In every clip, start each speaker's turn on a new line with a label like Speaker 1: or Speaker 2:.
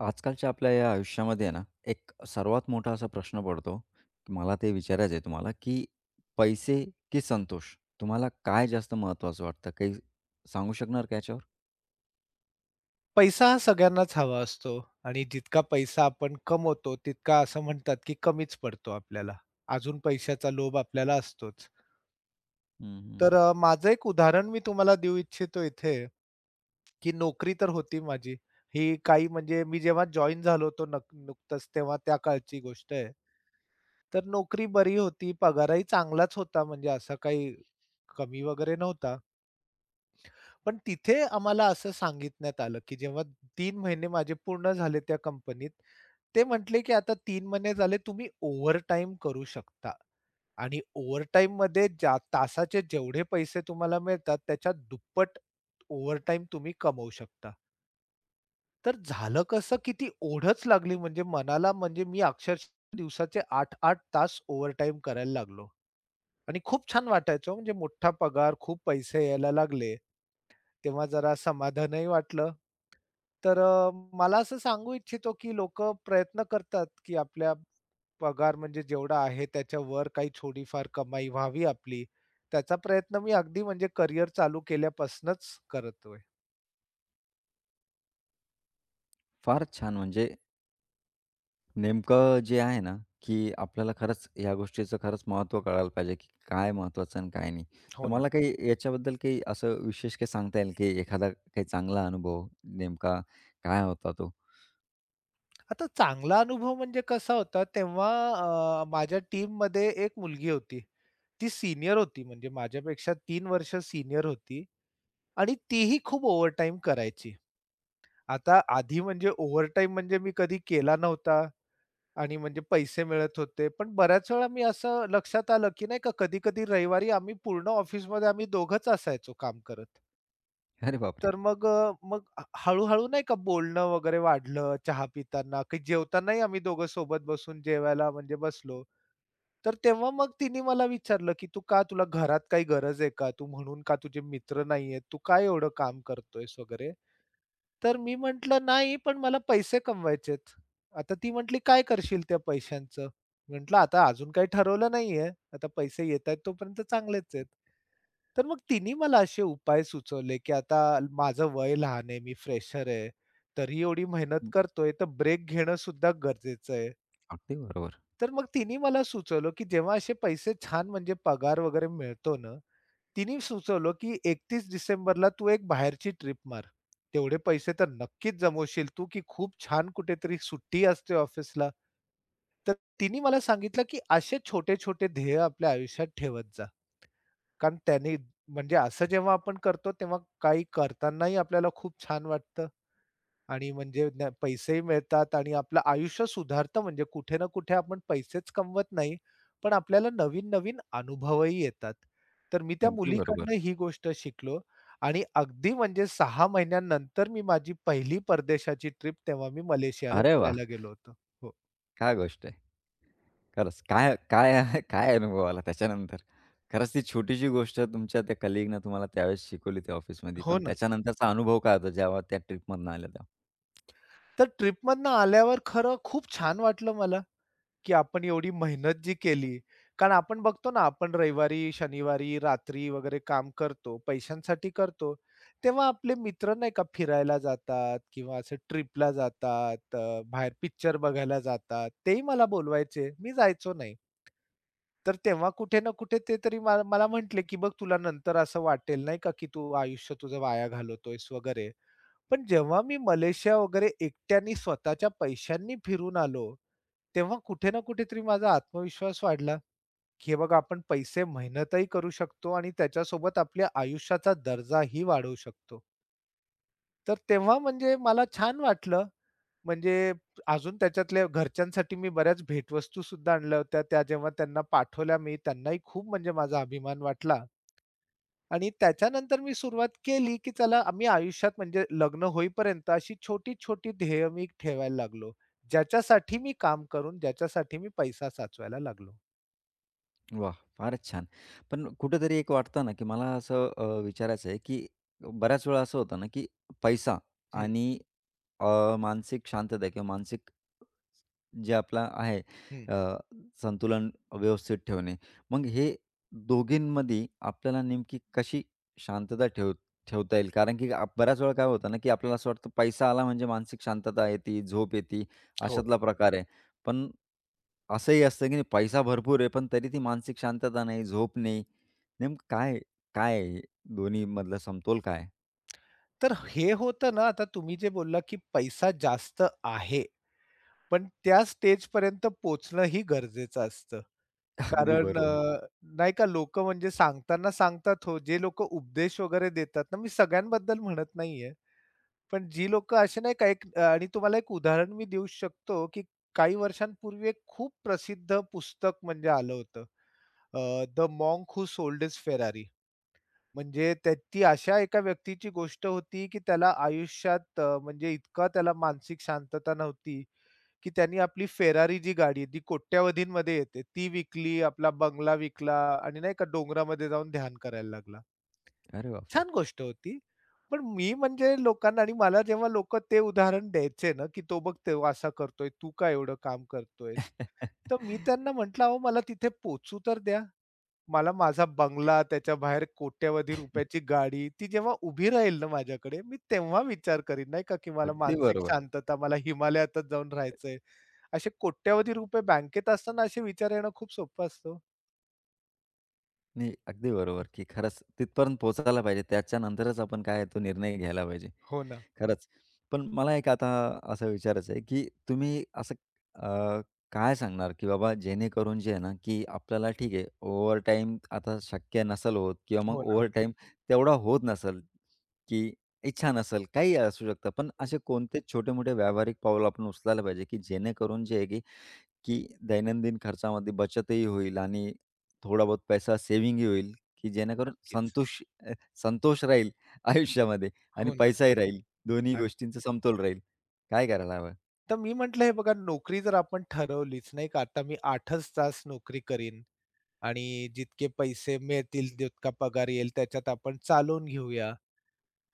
Speaker 1: आजकालच्या आपल्या या आयुष्यामध्ये आहे ना, एक सर्वात मोठा असा प्रश्न पडतो. की मला ते विचारायचं आहे तुम्हाला, की पैसे की संतोष? तुम्हाला काय जास्त महत्त्वाचं वाटतं? काही सांगू शकणार का याच्यावर?
Speaker 2: पैसा हा सगळ्यांनाच हवा असतो आणि जितका पैसा आपण कमवतो, तितका असं म्हणतात, की कमीच पडतो आपल्याला. अजून पैशाचा लोभ आपल्याला असतोच.
Speaker 1: हं, हं.
Speaker 2: तर माझं एक उदाहरण मी तुम्हाला देऊ इच्छितो इथे, की नोकरी तर होती माझी. ही काही म्हणजे मी जेव्हा जॉइन झालो होतो नुकतंच तेव्हा त्या काळची गोष्ट आहे. तर नोकरी बरी होती, पगारही चांगलाच होता म्हणजे असा काही कमी वगैरे नव्हता. पण तिथे आम्हाला असं सांगितण्यात आलं, की जेव्हा 3 महिने माझे पूर्ण झाले त्या कंपनीत ते म्हटले, की "आता तीन महिने झाले तुम्ही ओव्हरटाईम करू शकता आणि ओव्हरटाईममध्ये ज्या तासाचे जेवढे पैसे तुम्हाला मिळतात, त्याच्या दुप्पट ओव्हरटाईम तुम्ही कमवू शकता." तर झालं कसं, की ती ओढच लागली म्हणजे मनाला म्हणजे मी अक्षरशः दिवसाचे 8-8 तास ओव्हरटाईम करायला लागलो आणि खूप छान वाटायचं हो, म्हणजे मोठा पगार, खूप पैसे यायला लागले. तेव्हा जरा समाधानही वाटलं. तर मला असं सांगू इच्छितो, की लोकं प्रयत्न करतात, की आपल्या पगार म्हणजे जेवढा आहे त्याच्यावर काही थोडीफार कमाई व्हावी आपली. त्याचा प्रयत्न मी अगदी म्हणजे करियर चालू केल्यापासनंच करतोय.
Speaker 1: फारच छान. म्हणजे नेमकं जे आहे ना, की आपल्याला खरंच या गोष्टीचं खरंच महत्त्व कळायला पाहिजे, की काय महत्त्वाचं आणि काय नाही. तर
Speaker 2: हो ना.
Speaker 1: मला काही याच्याबद्दल काही असं विशेष काही सांगता येईल, की एखादा काही चांगला अनुभव नेमका काय होता तो?
Speaker 2: आता चांगला अनुभव म्हणजे कसा होता तेव्हा माझ्या टीममध्ये एक मुलगी होती. ती सीनियर होती म्हणजे माझ्यापेक्षा 3 वर्ष सीनियर होती आणि तीही खूप ओव्हरटाईम करायची. आता आधी म्हणजे ओव्हरटाईम म्हणजे मी कधी केला नव्हता आणि म्हणजे पैसे मिळत होते. पण बऱ्याच वेळा मी असं लक्षात आलं, की नाही का कधी-कधी रविवारी आम्ही पूर्ण ऑफिसमध्ये आम्ही दोघंच असायचो काम करत.
Speaker 1: अरे बापरे!
Speaker 2: तर मग हळू नाही का बोलणं वगैरे वाढलं चहा पिताना, काही जेवतानाही आम्ही दोघं सोबत बसून जेवायला म्हणजे बसलो. तर तेव्हा मग तिने मला विचारलं, की "तू का तुला घरात काही गरज आहे का? तू म्हणून का तुझे मित्र नाहीयेत? तू काय एवढं काम करतोयस?" वगैरे. तर मी म्हटलं, "नाही, पण मला पैसे कमवायचेत." आता ती म्हटली, "काय करशील त्या पैशांचं?" म्हटलं, "आता अजून काही ठरवलं नाहीये. आता पैसे येतायत तोपर्यंत चांगलेच आहेत." तर मग तिने मला असे उपाय सुचवले, की आता माझं वय लहान आहे, मी फ्रेशर आहे. तरी एवढी मेहनत करतोय, तर ब्रेक घेणं सुद्धा गरजेचं आहे.
Speaker 1: अगदी बरोबर.
Speaker 2: तर मग तिने मला सुचवलं, की जेव्हा असे पैसे छान म्हणजे पगार वगैरे मिळतो ना, तिने सुचवलं, की 31 डिसेंबरला तू एक बाहेरची ट्रिप मार. तेवढे पैसे तर नक्कीच जमवशील तू, की खूप छान कुठेतरी सुट्टी असते ऑफिसला. तर तिने मला सांगितलं, की असे छोटे-छोटे ध्येय आपल्या आयुष्यात ठेवत जा. कारण त्याने म्हणजे असं जेव्हा आपण करतो, तेव्हा काही करतानाही आपल्याला खूप छान वाटतं. आणि म्हणजे पैसेही मिळतात आणि आपलं आयुष्य सुधारतं म्हणजे कुठे ना कुठे आपण पैसेच कमवत नाही, पण आपल्याला नवीन-नवीन अनुभवही येतात. तर मी त्या
Speaker 1: अगदी
Speaker 2: मुलीकडनं
Speaker 1: बरोबर.
Speaker 2: ही गोष्ट शिकलो आणि अगदी म्हणजे 6 महिन्यानंतर मी माझी पहिली परदेशाची ट्रिप तेव्हा मी मलेशियाला
Speaker 1: अरे वाह!
Speaker 2: फिरायला गेलो होतो. हो,
Speaker 1: काय गोष्ट आहे. खरंच काय काय काय अनुभव आला त्याच्यानंतर? खरंच ती छोटीशी गोष्ट तुमच्या त्या कलीगनं तुम्हाला त्यावेळेस शिकवली त्या ऑफिसमध्ये.
Speaker 2: हो
Speaker 1: पण
Speaker 2: ना.
Speaker 1: त्याच्यानंतरचा अनुभव काय होता जेव्हा त्या ट्रिपमधनं आल्या तेव्हा?
Speaker 2: तर ट्रिपमधनं आल्यावर खरं खूप छान वाटलं मला. की आपण एवढी मेहनत जी केली. कारण आपण बघतो ना, आपण रविवारी, शनिवारी, रात्री वगैरे काम करतो, पैशांसाठी करतो. तेव्हा आपले मित्र नाही का फिरायला जातात किंवा असं ट्रिपला जातात, बाहेर पिक्चर बघायला जातात. तेही मला बोलवायचे. मी जायचो नाही. तर तेव्हा कुठे ना कुठे ते तरी मला मला म्हटले, की "बघ तुला नंतर असं वाटेल नाही का, की तू आयुष्य तुझं वाया घालवतोयस वगैरे." पण जेव्हा मी मलेशिया वगैरे एकट्याने स्वतःच्या पैशांनी फिरून आलो, तेव्हा कुठे ना कुठेतरी माझा आत्मविश्वास वाढला, की हे बघा आपण पैसे मेहनतही करू शकतो आणि त्याच्यासोबत आपल्या आयुष्याचा दर्जाही वाढवू शकतो. तर तेव्हा म्हणजे मला छान वाटलं म्हणजे अजून त्याच्यातल्या घरच्यांसाठी मी बऱ्याच भेटवस्तू सुद्धा आणल्या होत्या. त्या जेव्हा त्यांना पाठवल्या मी त्यांनाही खूप म्हणजे माझा अभिमान वाटला आणि त्याच्यानंतर मी सुरुवात केली, की चला मी आयुष्यात म्हणजे लग्न होईपर्यंत अशी छोटी-छोटी ध्येय मी ठेवायला लागलो. ज्याच्यासाठी मी काम करून, ज्याच्यासाठी मी पैसा साचवायला लागलो.
Speaker 1: वाह! फारच छान. पण कुठेतरी एक वाटतं ना, की मला असं विचारायचं आहे, की बऱ्याच वेळा असं होतं ना, की पैसा
Speaker 2: हं,
Speaker 1: आणि मानसिक शांतता किंवा मानसिक जे आपला आहे,
Speaker 2: हं.
Speaker 1: अ, संतुलन व्यवस्थित ठेवणे. मग हे दोघींमध्ये आपल्याला नेमकी कशी शांतता ठेव ठेवता येईल? कारण की आप बऱ्याच वेळा काय होतं ना, की आपल्याला असं वाटतं पैसा आला म्हणजे मानसिक शांतता येते, झोप येते,
Speaker 2: हो.
Speaker 1: अशातला प्रकार आहे. पण असंही असतं की नाही, पैसा भरपूर आहे, पण तरी ती मानसिक शांतता नाही, झोप नाही. नेमकं काय काय आहे? दोन्हीमधला समतोल काय आहे?
Speaker 2: तर हे होतं ना, आता तुम्ही जे बोलला, की पैसा जास्त आहे, पण त्या स्टेजपर्यंत पोहोचणंही गरजेचं असतं.
Speaker 1: अगदी
Speaker 2: कारण
Speaker 1: बरोबर.
Speaker 2: नाही का लोकं म्हणजे सांगताना सांगतात हो, जे लोकं उपदेश वगैरे देतात ना, मी सगळ्यांबद्दल म्हणत नाहीये. पण जी लोकं अशी नाही का एक आणि तुम्हाला एक उदाहरण मी देऊ शकतो, की काही वर्षांपूर्वी एक खूप प्रसिद्ध पुस्तक म्हणजे आलं होतं. The monk who sold his Ferrari. म्हणजे त्या ती अशा एका व्यक्तीची गोष्ट होती, की त्याला आयुष्यात म्हणजे इतका त्याला मानसिक शांतता नव्हती की त्यांनी आपली फेरारी जी गाडी आहे, ती कोट्यावधींमध्ये येते. ती विकली, आपला बंगला विकला आणि नाही का डोंगरामध्ये जाऊन ध्यान करायला लागला.
Speaker 1: अरे बापरे!
Speaker 2: छान गोष्ट होती. पण मी म्हणजे लोकांना आणि मला जेव्हा लोकं ते उदाहरण द्यायचे ना, की "तो बघ ते असा करतोय, तू का एवढं काम करतोयस?" तर मी त्यांना म्हटलं, "अहो मला तिथे पोहचू तर द्या. मला माझा बंगला, त्याच्या बाहेर कोट्यावधी रुपयाची गाडी, ती जेव्हा उभी राहील ना माझ्याकडे, मी तेव्हा विचार करीन नाही का, की मला
Speaker 1: अगदी
Speaker 2: मानसिक
Speaker 1: बरोबर.
Speaker 2: शांतता, मला हिमालयातच जाऊन राहायचंय." असे कोट्यवधी रुपये बँकेत असताना असे विचार येणं खूप सोपं असतं.
Speaker 1: नाही, अगदी बरोबर, की खरंच तिथपर्यंत पोहोचायला पाहिजे. त्याच्यानंतरच आपण काय आहे तो निर्णय घ्यायला पाहिजे.
Speaker 2: हो ना,
Speaker 1: खरंच. पण मला एक आता असं विचारायचं आहे, की तुम्ही असं, अ, काय सांगणार, की बाबा जेणेकरून जे आहे ना, की आपल्याला ठीक आहे ओव्हरटाईम आता शक्य नसेल होत किंवा मग
Speaker 2: हो ना.
Speaker 1: ओव्हरटाईम तेवढा होत नसेल, की इच्छा नसेल, काहीही असू शकतं. पण
Speaker 2: हं.
Speaker 1: असे कोणते छोटे-मोठे व्यावहारिक पाऊल आपण उचलायला पाहिजे, की जेणेकरून जे आहे, की की दैनंदिन खर्चामध्ये बचतही होईल आणि थोडा बहुत पैसा सेव्हिंगही होईल, की जेणेकरून
Speaker 2: नक्कीच.
Speaker 1: संतोष राहील आयुष्यामध्ये आणि
Speaker 2: हो ना,
Speaker 1: पैसाही राहील. दोन्ही
Speaker 2: अगदी.
Speaker 1: गोष्टींचा समतोल राहील. काय करायला हवं?
Speaker 2: तर मी म्हटलं हे बघा नोकरी जर आपण ठरवलीच नाही का आता मी 8च तास नोकरी करीन आणि जितके पैसे मिळतील जितका पगार येईल त्याच्यात आपण चालवून घेऊया.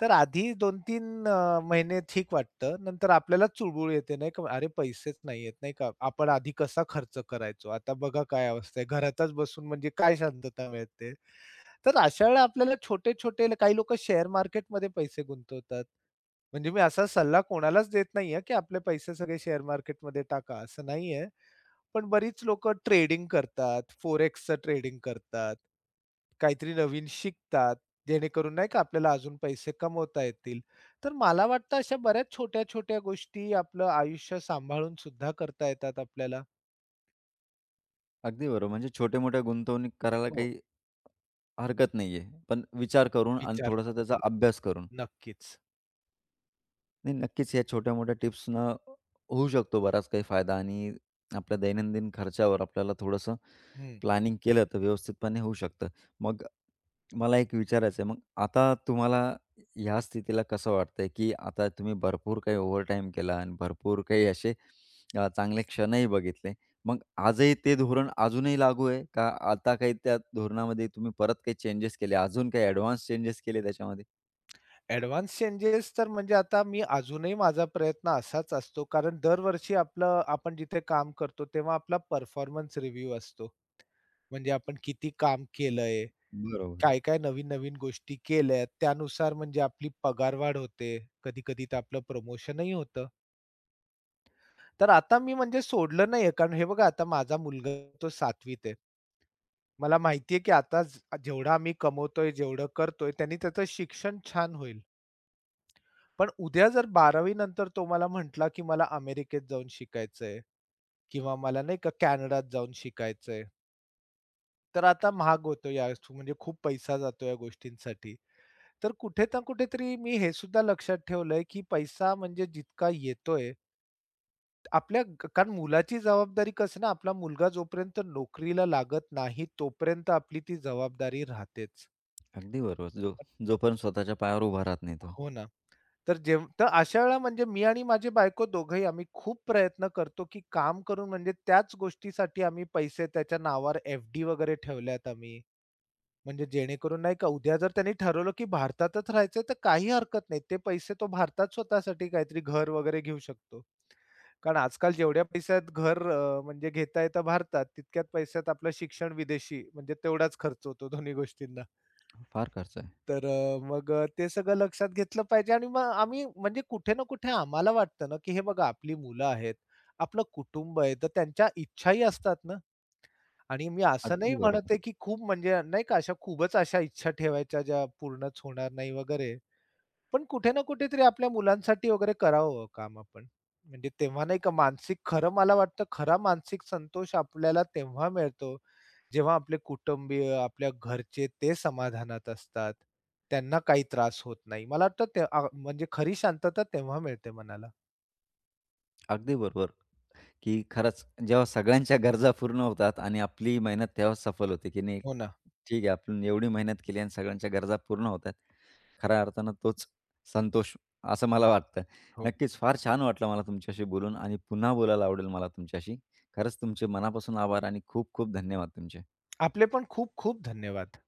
Speaker 2: तर आधी 2-3 महिने ठीक वाटतं. नंतर आपल्याला चुळबुळ येते नाही का, अरे पैसेच नाही आहेत नाही का. आपण आधी कसा खर्च करायचो, आता बघा काय अवस्था आहे. घरातच बसून म्हणजे काय शांतता मिळते. तर अशा वेळेला आपल्याला छोटे-छोटे काही लोकं शेअर मार्केटमध्ये पैसे गुंतवतात. म्हणजे मी असा सल्ला कोणालाच देत नाहीये, की आपले पैसे सगळे शेअर मार्केटमध्ये टाका, असं नाहीये. पण बरीच लोकं ट्रेडिंग करतात, फोरेक्सचं ट्रेडिंग करतात. काहीतरी नवीन शिकतात, जेणेकरून नाही का आपल्याला अजून पैसे कमवता येतील. तर मला वाटतं अशा बऱ्याच छोट्या-छोट्या गोष्टी आपलं आयुष्य सांभाळून सुद्धा करता येतात आपल्याला.
Speaker 1: अगदी बरोबर. म्हणजे छोट्या-मोठ्या गुंतवणूक करायला
Speaker 2: हो.
Speaker 1: काही हरकत नाहीये. पण विचार करून आणि
Speaker 2: विचार
Speaker 1: थोडासा
Speaker 2: करून.
Speaker 1: त्याचा अभ्यास करून.
Speaker 2: नक्कीच.
Speaker 1: नाही, नक्कीच या छोट्या-मोठ्या टिप्सनं होऊ शकतो बराच काही फायदा आणि आपल्या दैनंदिन खर्चावर आपल्याला थोडंसं
Speaker 2: हं.
Speaker 1: प्लॅनिंग केलं तर व्यवस्थितपणे होऊ शकतं. मग मला एक विचारायचं आहे, मग आता तुम्हाला ह्या स्थितीला कसं वाटतंय, की आता तुम्ही भरपूर काही ओव्हरटाईम केला आणि भरपूर काही असे चांगले क्षणही बघितले. मग आजही ते धोरण अजूनही लागू आहे का आता काही त्या धोरणामध्ये तुम्ही परत काही चेंजेस केले, अजून काही ॲडव्हान्स चेंजेस केले त्याच्यामध्ये?
Speaker 2: ॲडव्हान्स चेंजेस तर म्हणजे आता मी अजूनही माझा प्रयत्न असाच असतो, कारण दरवर्षी आपलं आपण जिथे काम करतो, तेव्हा आपला परफॉर्मन्स रिव्ह्यू असतो. म्हणजे आपण किती काम केलंय,
Speaker 1: बरोबर.
Speaker 2: काय-काय नवीन-नवीन गोष्टी केल्यात, त्यानुसार म्हणजे आपली पगारवाढ होते. कधी-कधी तर आपलं प्रमोशनही होतं. तर आता मी म्हणजे सोडलं नाहीये, कारण हे बघा आता माझा मुलगा तो 7वीत आहे. मला माहिती की आता जेवढा आम्ही कमवतोय, जेवढं करतोय, त्यांनी त्याचं शिक्षण छान होईल. पण उद्या जर 12वी नंतर तो मला म्हटला, की मला अमेरिकेत जाऊन शिकायचंय किंवा मला नाही का कॅनडात जाऊन शिकायचंय. तर आता महाग होतो या म्हणजे खूप पैसा जातो या गोष्टींसाठी. तर कुठे ना कुठेतरी मी हे सुद्धा लक्षात ठेवलंय, की पैसा म्हणजे जितका येतोय कारण मुलाची जबाबदारी कसं ना आपला मुलगा जोपर्यंत नोकरीला लागत नाही तोपर्यंत आपली ती जबाबदारी राहतेच.
Speaker 1: अगदी बरोबर. जोपर्यंत स्वतःच्या पायावर उभा राहत नाही तो.
Speaker 2: हो ना. तर अशा वेळेला म्हणजे मी आणि माझी बायको दोघंही आम्ही खूप प्रयत्न करतो, की काम करून म्हणजे त्याच गोष्टीसाठी आम्ही पैसे त्याच्या नावावर एफ-डी वगैरे ठेवल्यात आम्ही. म्हणजे जेणेकरून नाही का उद्या जर त्यांनी ठरवलं, की भारतातच राहायचंय तर काही हरकत नाही. ते पैसे तो भारतात स्वतःसाठी काहीतरी घर वगैरे घेऊ शकतो. कारण आजकाल जेवढ्या पैशात घर म्हणजे घेता येतं भारतात, तितक्याच पैशात आपलं शिक्षण विदेशी म्हणजे तेवढाच खर्च होतो दोन्ही गोष्टींना.
Speaker 1: फार खर्च आहे.
Speaker 2: तर मग ते सगळं लक्षात घेतलं पाहिजे आणि मग आम्ही म्हणजे कुठे ना कुठे आम्हाला वाटतं ना, की हे बघा आपली मुलं आहेत, आपलं कुटुंब आहे, तर त्यांच्या इच्छाही असतात ना आणि मी असं नाही
Speaker 1: अगदी
Speaker 2: म्हणत
Speaker 1: बरोबर.
Speaker 2: आहे, की खूप म्हणजे नाही का अशा खूपच अशा इच्छा ठेवायच्या ज्या पूर्णच होणार नाही वगैरे. पण कुठे ना कुठेतरी आपल्या मुलांसाठी वगैरे करावं हो काम आपण. म्हणजे तेव्हा नाही का मानसिक खरं मला वाटतं खरा मानसिक संतोष आपल्याला तेव्हा मिळतो, जेव्हा आपले कुटुंबीय, आपल्या घरचे ते समाधानात असतात, त्यांना काही त्रास होत नाही. मला वाटतं ते म्हणजे खरी शांतता तेव्हा मिळते मनाला.
Speaker 1: अगदी बरोबर. की खरंच जेव्हा सगळ्यांच्या गरजा पूर्ण होतात आणि आपली मेहनत तेव्हाच सफल होते, की नाही
Speaker 2: हो ना,
Speaker 1: ठीक आहे आपण एवढी मेहनत केली आणि सगळ्यांच्या गरजा पूर्ण होतात. खऱ्या अर्थानं तोच संतोष असं मला वाटतं.
Speaker 2: हो.
Speaker 1: नक्कीच फार छान वाटलं मला तुमच्याशी बोलून आणि पुन्हा बोलायला आवडेल मला तुमच्याशी. खरंच तुमचे मनापासून आभार आणि खूप खूप धन्यवाद तुमचे.
Speaker 2: आपले पण खूप खूप धन्यवाद.